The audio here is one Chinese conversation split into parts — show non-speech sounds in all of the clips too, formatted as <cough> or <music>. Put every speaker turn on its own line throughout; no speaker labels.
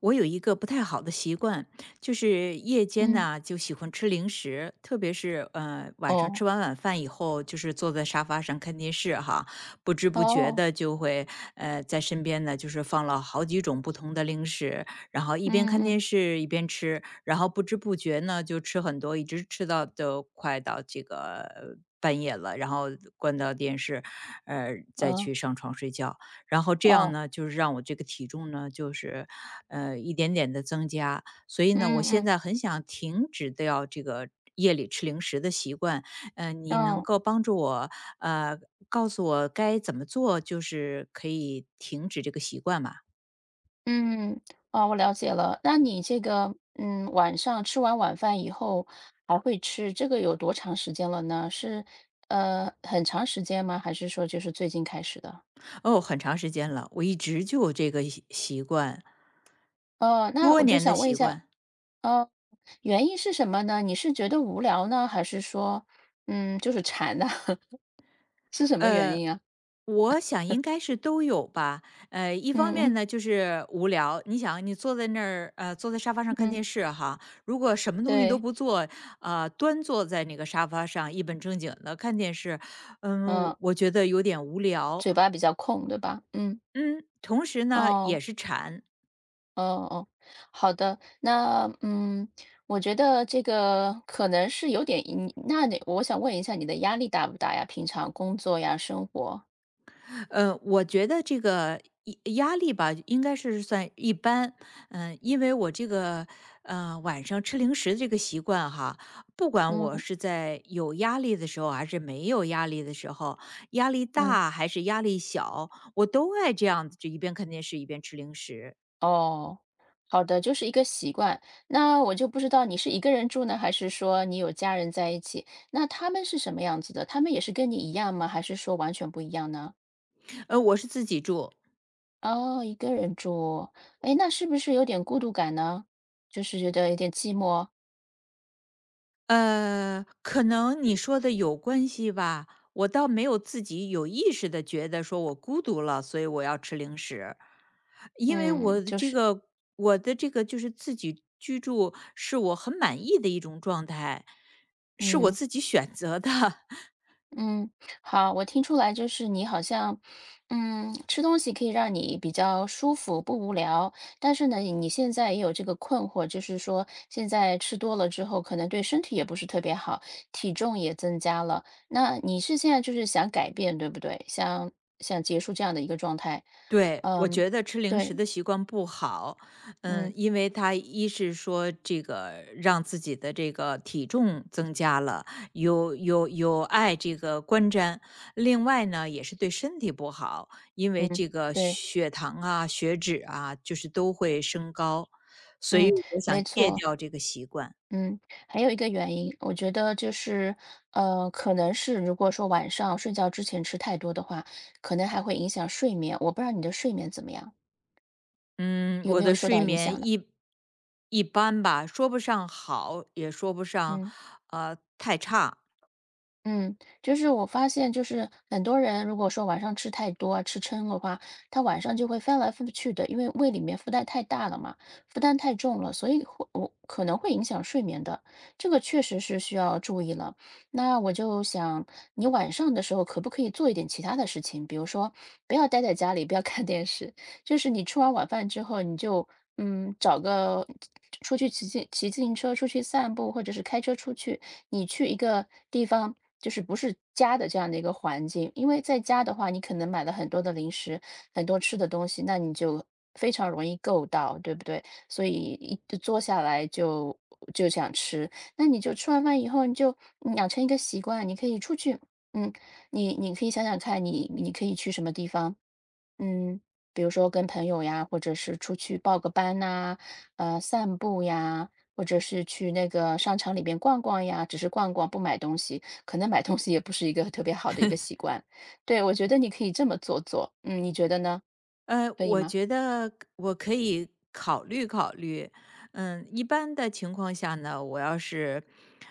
我有一个不太好的习惯，就是夜间
嗯，
呢就喜欢吃零食，特别是晚上吃
哦，
完晚饭以后，就是坐在沙发上看电视哈，不知不觉
哦，
的就会在身边呢就是放了好几种不同的零食，然后一边
嗯
看电
嗯，
视一边吃，然后不知不觉呢就吃很多，一直吃到都快到这个半夜了，然后关掉电视，呃再
哦，
去上床睡觉。然后这样
哦，
呢，就是让我这个体重呢，就是，一点点的增加。所以呢，我
嗯
现
嗯，
在很想停止掉这个夜里吃零食的习惯，你能
哦，
够帮助我，呃，告诉我该怎么做，就是可以停止这个习惯吗？
嗯，哦，我了解了。那你这个，晚上吃完晚饭以后还会吃，这个有多长时间了呢？是，很长时间吗？还是说就是最近开始的？
哦，很长时间了，我一直就有这个习惯，
哦，那
多
我就
年的
想问一
习
下，
惯。
哦，原因是什么呢？你是觉得无聊呢，还是说，就是馋呢？<laughs> 是什么原
呃，
因啊？
我想应该是都有吧。一
嗯
方面
嗯
呢，就是无聊。你想，你坐在那儿，坐在沙发上看
嗯，
电视哈，如果什么东西都
对，
不做，端坐在那个沙发上一本正经的看电视，嗯，
嗯，
我觉得有点无聊。
嘴巴比较空，对吧？嗯。
嗯，同时呢，也
哦，
是馋。
哦哦，好的，那我觉得这个可能是有点那你我想问一下你的压力大不大呀？平常工作呀，生活，
我觉得这个压力吧，应该是算一般。嗯，因为我这个晚上吃零食的这个习惯哈，不管我
嗯
是在有压力的时候，还是没有压力的时候，压力
嗯，
大还是压力小，我都爱这样子，就一边看电视一边吃零食。
哦，好的，就是一个习惯。那我就不知道你是一个人住呢，还是说你有家人在一起？那他们是什么样子的？他们也是跟你一样吗？还是说完全不一样呢？
我是自己住，
哦，一个人住，哎，那是不是有点孤独感呢？就是觉得有点寂寞，
可能你说的有关系吧。我倒没有自己有意识的觉得说我孤独了，所以我要吃零食，因为
嗯，就是。
我的这个就是自己居住是我很满意的一种状态，是我
嗯
自己选择的。<laughs>
嗯，好，我听出来就是你好像，嗯，吃东西可以让你比较舒服，不无聊。但是呢，你现在也有这个困惑，就是说现在吃多了之后，可能对身体也不是特别好，体重也增加了。那你是现在就是想改变，对不对？想结束这样的一个状态。
对，我
嗯，
觉得吃零食
对，
的习惯不好，嗯，
嗯
因为它一是说这个让自己的这个体重增加了，有碍这个观瞻，另外呢也是对身体不好，因为
嗯，
这个
对，
血糖啊、血脂啊，就是都会升高，所以
嗯，
我想
没
戒
错。
掉这个习惯。
嗯，还有一个原因，我觉得就是，可能是如果说晚上睡觉之前吃太多的话，可能还会影响睡眠。我不知道你的睡眠怎么样，
嗯，
有
我
没有
的
受
睡
到影
眠
响呢？
一般吧，说不上好，也说不上
嗯。
太差，
嗯，就是我发现，就是很多人如果说晚上吃太多啊，吃撑的话，他晚上就会翻来覆去的，因为胃里面负担太大了嘛，负担太重了，所以我可能会影响睡眠的，这个确实是需要注意了。那我就想，你晚上的时候可不可以做一点其他的事情，比如说不要待在家里，不要看电视，就是你吃完晚饭之后，你就找个出去骑自行车，出去散步，或者是开车出去。你去一个地方，就是不是家的这样的一个环境。因为在家的话，你可能买了很多的零食，很多吃的东西，那你就非常容易够到，对不对？所以一坐下来就想吃，那你就吃完饭以后，你就养成一个习惯，你可以出去，嗯，你可以想想看你可以去什么地方，嗯，比如说跟朋友呀，或者是出去报个班呐，散步呀，或者是去那个商场里边逛逛呀，只是逛逛不买东西，可能买东西也不是一个特别好的一个习惯。对，我觉得你可以这么做做，嗯，你觉得呢？可以
我
吗？
觉得我可以考虑考虑。嗯，一般的情况下呢，我要是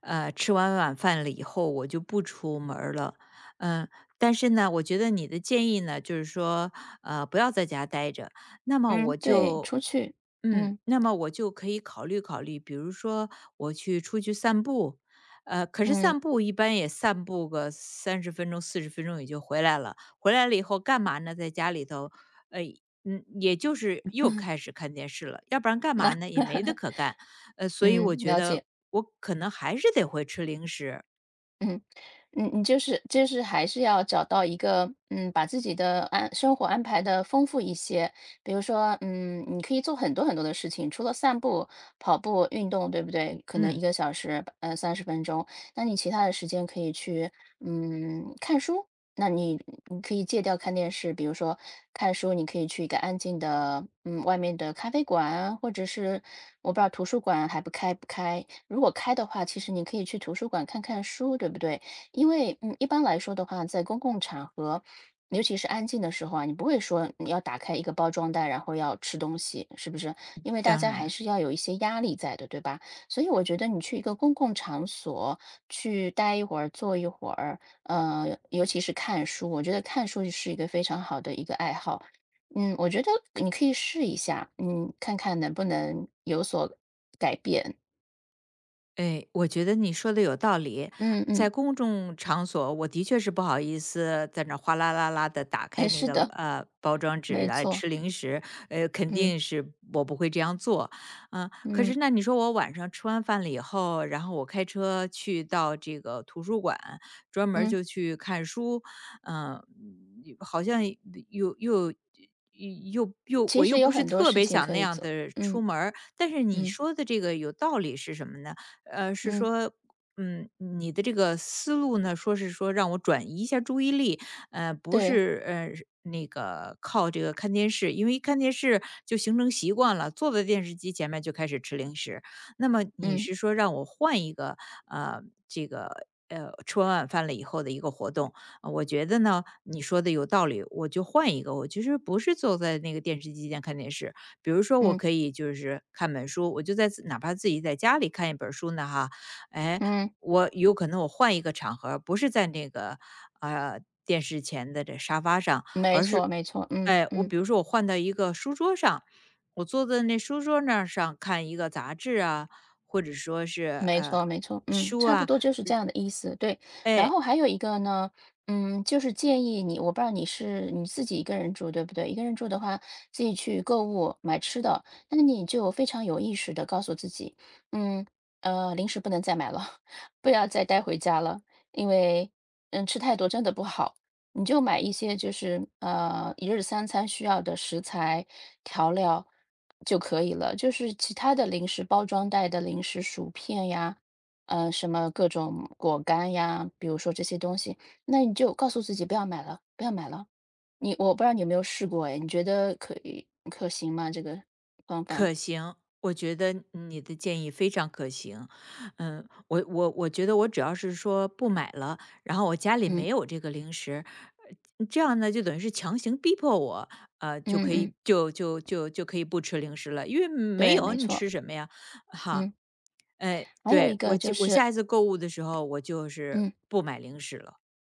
吃完晚饭了以后，我就不出门儿了。嗯，但是呢，我觉得你的建议呢，就是说不要在家待着，那么
嗯，
我
对，
就。
出去，
嗯，
嗯
那么我就可以考虑考虑，比如说我去出去散步，可是
嗯，
散步一般也散步个30分钟、40分钟也就回来了。回来了以后干嘛呢？在家里头呃，嗯，也就是又开始看电视了，要不然干
那
嘛呢？也没得可干。所以
嗯，
我觉
了
得
解，
我可能还是得会吃零食，
嗯。你就是还是要找到一个，嗯，把自己的生活安排的丰富一些。比如说，嗯，你可以做很多很多的事情，除了散步、跑步、运动，对不对？可能一
嗯，
个小时，30分钟。那你其他的时间可以去，嗯，看书。那你可以戒掉看电视，比如说看书，你可以去一个安静的，嗯，外面的咖啡馆，或者是我不知道图书馆还不开不开。如果开的话，其实你可以去图书馆看看书，对不对？因为，嗯，一般来说的话，在公共场合，尤其是安静的时候啊，你不会说你要打开一个包装袋，然后要吃东西，是不是？因为大
当
家还
然。
是要有一些压力在的，对吧？所以我觉得你去一个公共场所去待一会儿、坐一会儿，呃，尤其是看书，我觉得看书是一个非常好的一个爱好。嗯，我觉得你可以试一下，嗯，看看能不能有所改变。
哎，我觉得你说的有道理。
嗯嗯，
在公众场所，我的确是不好意思在那儿哗啦啦啦的打开
哎，
那
是
个
的，
包装纸
没
来
错，
吃零食，肯
嗯
定是我不会这样做。嗯、可是
嗯
那你说我晚上吃完饭了以后，然后我开车去到这个图书馆，专门儿
嗯。
就去看书，嗯、好像又。
其
我又
实有
不是
很多
特
事
别
情
想
可
那
以
样
做，
的
嗯
出门儿但是你
嗯
说的这个有道理是什么呢？是
嗯，
说，嗯，你的这个思路呢，说是说让我转移一下注意力，呃，不
对，
是呃那个靠这个看电视，因为一看电视就形成习惯了，坐在电视机前面就开始吃零食。那么你
嗯
是说让我换一个呃这个。吃完晚饭了以后的一个活动，我觉得呢，你说的有道理，我就换一个，我其实不是坐在那个电视机前看电视，比如说我
嗯
可以就是看本书，我就在哪怕自己在家里看一本书呢哈，哎，
嗯，
我有可能我换一个场合不是在那个，电视前的这沙发上，
没错没错，嗯
哎，我
嗯，
比如说我换到一个书桌上，我坐在那书桌那儿上看一个杂志啊，或者说是，
没
呃，
错没错，嗯，
书
差不
啊，
多就是这样的意思，对。然
哎。
后还有一个呢，就是建议你，我不知道你是你自己一个人住，对不对？一个人住的话，自己去购物买吃的，那你就非常有意识的告诉自己，嗯零食不能再买了，<laughs> 不要再带回家了，因为吃太多真的不好。你就买一些就是一日三餐需要的食材、调料就可以了。就是其他的零食，包装袋的零食、薯片呀，什么各种果干呀，比如说这些东西，那你就告诉自己不要买了，不要买了。我不知道你有没有试过哎，你觉得可行吗？这个方法？
可行，我觉得你的建议非常可行。嗯，我觉得我只要是说不买了，然后我家里
嗯
没有这个零食，这样呢就等于是强行逼迫我，就
嗯
可
嗯，
以就就就就可以不吃零食了，因为没
对，
有
没
你
错，
吃什么呀？哈，
嗯。
哎，
还有一
对
个
我
就
就我
是
下一次购物的时候，我就是
嗯。
不买零食了。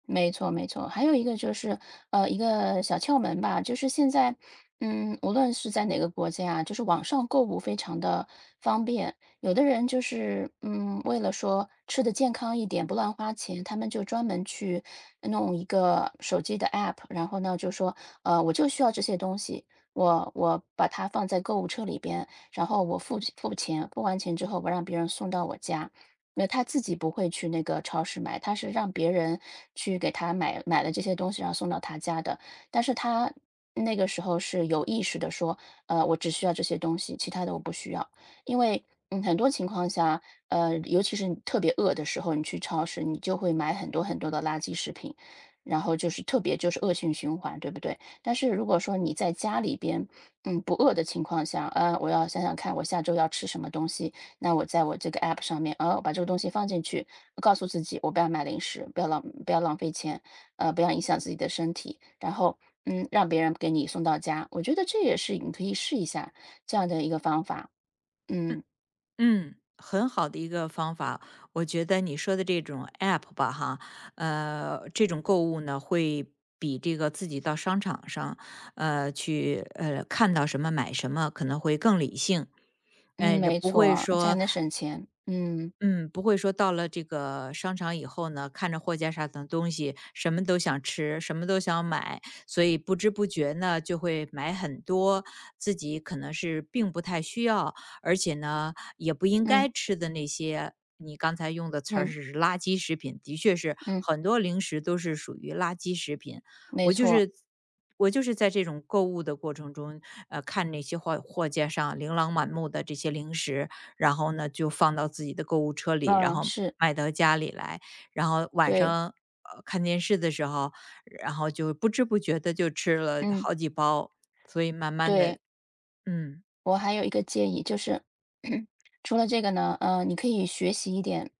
没错，没错。还有一个就是，一个小窍门吧，就是现在，无论是在哪个国家啊，就是网上购物非常的方便。有的人就是，为了说吃的健康一点，不乱花钱，他们就专门去弄一个手机的 app，然后呢，就说，我就需要这些东西，我把它放在购物车里边，然后我付钱，付完钱之后，我让别人送到我家。那他自己不会去那个超市买，他是让别人去给他买了这些东西，然后送到他家的。但是他那个时候是有意识的说，我只需要这些东西，其他的我不需要。因为很多情况下，尤其是你特别饿的时候，你去超市，你就会买很多很多的垃圾食品，然后就是特别就是恶性循环，对不对？但是如果说你在家里边，不饿的情况下，我要想想看我下周要吃什么东西，那我在我这个 app 上面，哦，把这个东西放进去，告诉自己我不要买零食，不要浪费钱，不要影响自己的身体，然后让别人给你送到家，我觉得这也是你可以试一下这样的一个方法。嗯
嗯，很好的一个方法。我觉得你说的这种 app 吧，哈，这种购物呢，会比这个自己到商场上，去看到什么买什么，可能会更理性。
嗯，
也
没
不会
错，这样
说
能省钱。嗯
嗯，不会说到了这个商场以后呢，看着货架上的东西，什么都想吃，什么都想买，所以不知不觉呢，就会买很多自己可能是并不太需要，而且呢，也不应
嗯
该吃的那些。你刚才用的词儿
嗯
是垃圾食品，的确是
嗯，
很多零食都是属于垃圾食品。
没
我就
错，
是我就是在这种购物的过程中，看那些货架上琳琅满目的这些零食，然后呢，就放到自己的购物车里，然
嗯，
后
是，
买到家里来，然后晚上，
对，
看电视的时候，然后就不知不觉的就吃了
嗯
好几包，所以慢慢的，
对。
嗯，
我还有一个建议，就是 <clears throat> 除了这个呢，你可以学习一点，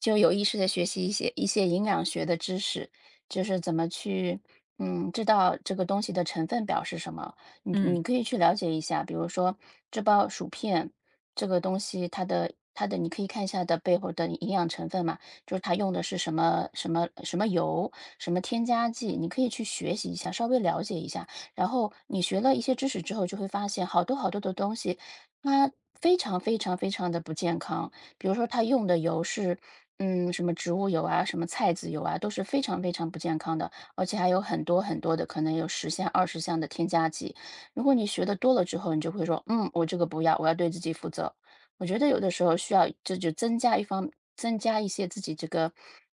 就有意识的学习一些营养学的知识，就是怎么去，知道这个东西的成分表是什么。你
嗯，
可以去了解一下，比如说这包薯片这个东西，它的你可以看一下的背后的营养成分嘛，就是它用的是什么什么什么油，什么添加剂，你可以去学习一下，稍微了解一下。然后你学了一些知识之后，就会发现好多好多的东西，它非常非常非常的不健康。比如说它用的油是，什么植物油啊，什么菜籽油啊，都是非常非常不健康的，而且还有很多很多的，可能有十项、20项的添加剂。如果你学的多了之后，你就会说：“嗯，我这个不要，我要对自己负责。”我觉得有的时候需要增加一些自己这个，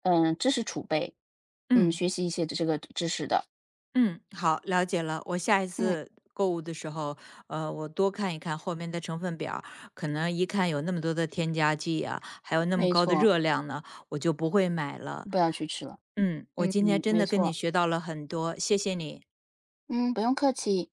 知识储备，
嗯，
学习一些这个知识的。
嗯，好，了解了。我下一
嗯，
次购物的时候，我多看一看后面的成分表儿可能一看有那么多的添加剂啊，还有那么
没
高的
错。
热量呢，我就不会买了。
不要去吃了。
嗯，我
嗯，
今天
嗯，
真
没
的跟你
错。
学到了很多，谢谢你。
嗯，不用客气。